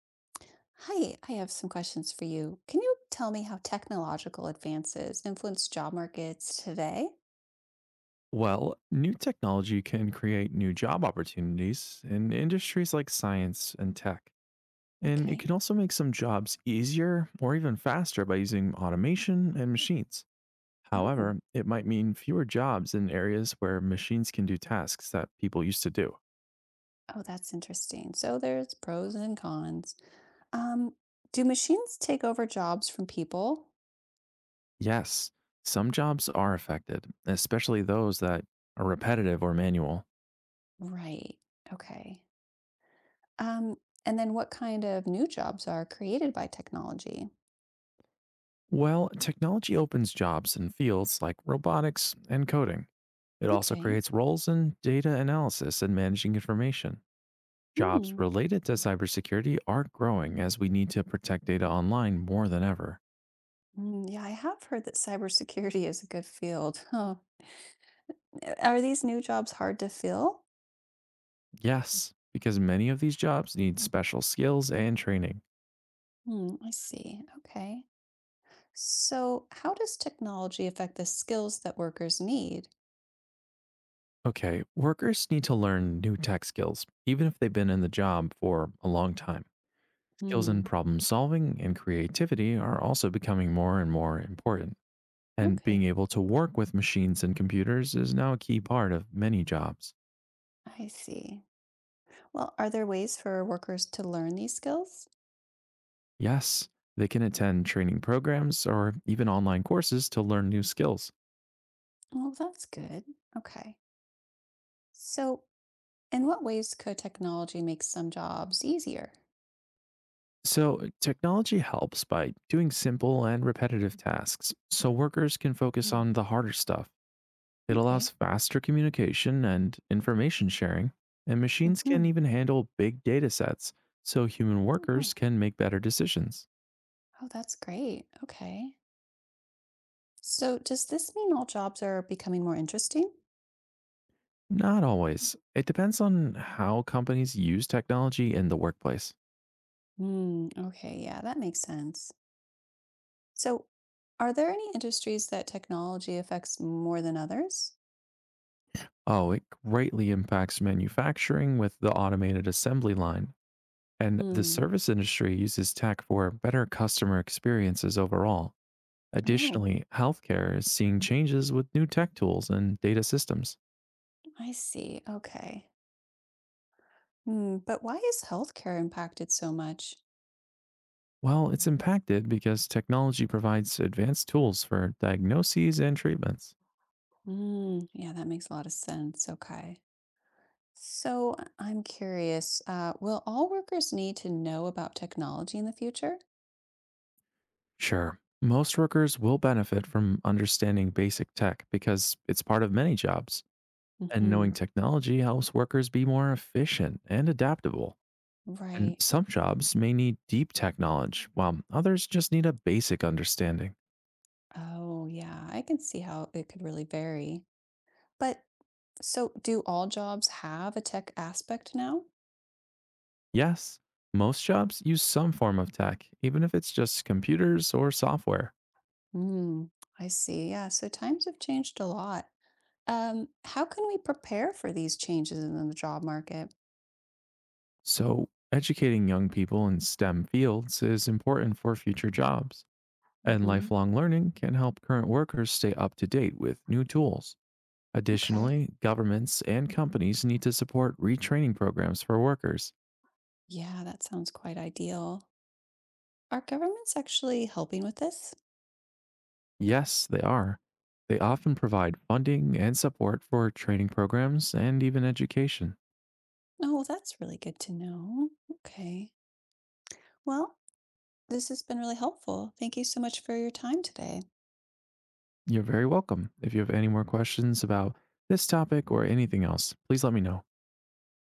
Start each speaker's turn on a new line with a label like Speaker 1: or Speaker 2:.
Speaker 1: Hi, I have some questions for you. Can you tell me how technological advances influence job markets today?
Speaker 2: Well, new technology can create new job opportunities in industries like science and tech. And it
Speaker 1: Okay.
Speaker 2: can also make some jobs easier or even faster by using automation and machines.
Speaker 1: Oh,
Speaker 2: However, it might mean fewer jobs in areas where machines can do tasks that people used to do.
Speaker 1: oh, that's interesting. So there's pros and cons. Um, do machines take over jobs from people?
Speaker 2: Yes, some jobs are affected, especially those that are repetitive or manual.
Speaker 1: Right. Okay. Um, and then what kind of new jobs are created by technology?
Speaker 2: Well, technology opens jobs in fields like robotics and coding. It also
Speaker 1: Okay.
Speaker 2: creates roles in data analysis and managing information. Jobs
Speaker 1: Hmm.
Speaker 2: related to cybersecurity are growing as we need to protect data online more than ever.
Speaker 1: Mm, yeah, I have heard that cybersecurity is a good field. Huh. Are these new jobs hard to fill?
Speaker 2: Yes, because many of these jobs need special skills and training.
Speaker 1: Hmm, I see. Okay. So, how does technology affect the skills that workers need?
Speaker 2: Okay, workers need to learn new tech skills, even if they've been in the job for a long time. Skills
Speaker 1: Hmm.
Speaker 2: in problem solving and creativity are also becoming more and more important. And being
Speaker 1: Okay,
Speaker 2: able to work with machines and computers is now a key part of many jobs.
Speaker 1: I see. Well, are there ways for workers to learn these skills?
Speaker 2: Yes, they can attend training programs or even online courses to learn new skills.
Speaker 1: Well, that's good. Okay. So, in what ways could technology make some jobs easier?
Speaker 2: So, technology helps by doing simple and repetitive tasks so workers can focus
Speaker 1: Hmm.
Speaker 2: on the harder stuff. It allows
Speaker 1: Okay.
Speaker 2: faster communication and information sharing, and machines can
Speaker 1: Hmm.
Speaker 2: even handle big data sets so human workers
Speaker 1: Oh,
Speaker 2: can make better decisions.
Speaker 1: oh, that's great. Okay. So, does this mean all jobs are becoming more interesting?
Speaker 2: Not always. It depends on how companies use technology in the workplace.
Speaker 1: Hmm. Okay. Yeah, that makes sense. So, are there any industries that technology affects more than others?
Speaker 2: Oh, it greatly impacts manufacturing with the automated assembly line, and the
Speaker 1: Hmm.
Speaker 2: service industry uses tech for better customer experiences overall.
Speaker 1: Oh,
Speaker 2: Additionally, healthcare is seeing changes with new tech tools and data systems.
Speaker 1: I see. Okay. Hmm, but why is healthcare impacted so much?
Speaker 2: Well, it's impacted because technology provides advanced tools for diagnoses and treatments.
Speaker 1: Hmm. Yeah, that makes a lot of sense. Okay. So, I'm curious, will all workers need to know about technology in the future?
Speaker 2: Sure. Most workers will benefit from understanding basic tech because it's part of many jobs. And
Speaker 1: Hmm.
Speaker 2: knowing technology helps workers be more efficient and adaptable. And
Speaker 1: Right.
Speaker 2: some jobs may need deep tech knowledge, while others just need a basic understanding.
Speaker 1: Oh, yeah. I can see how it could really vary. But so, do all jobs have a tech aspect now?
Speaker 2: Yes, most jobs use some form of tech, even if it's just computers or software.
Speaker 1: Mm, I see. Yeah. So times have changed a lot. How can we prepare for these changes in the job market?
Speaker 2: So, educating young people in STEM fields is important for future jobs. And
Speaker 1: Hmm.
Speaker 2: lifelong learning can help current workers stay up to date with new tools.
Speaker 1: Okay.
Speaker 2: Additionally, governments and companies need to support retraining programs for workers.
Speaker 1: Yeah, that sounds quite ideal. Are governments actually helping with this?
Speaker 2: Yes, they are. They often provide funding and support for training programs and even education.
Speaker 1: Oh, that's really good to know. Okay. Well, this has been really helpful. Thank you so much for your time today.
Speaker 2: You're very welcome. If you have any more questions about this topic or anything else, please let me know.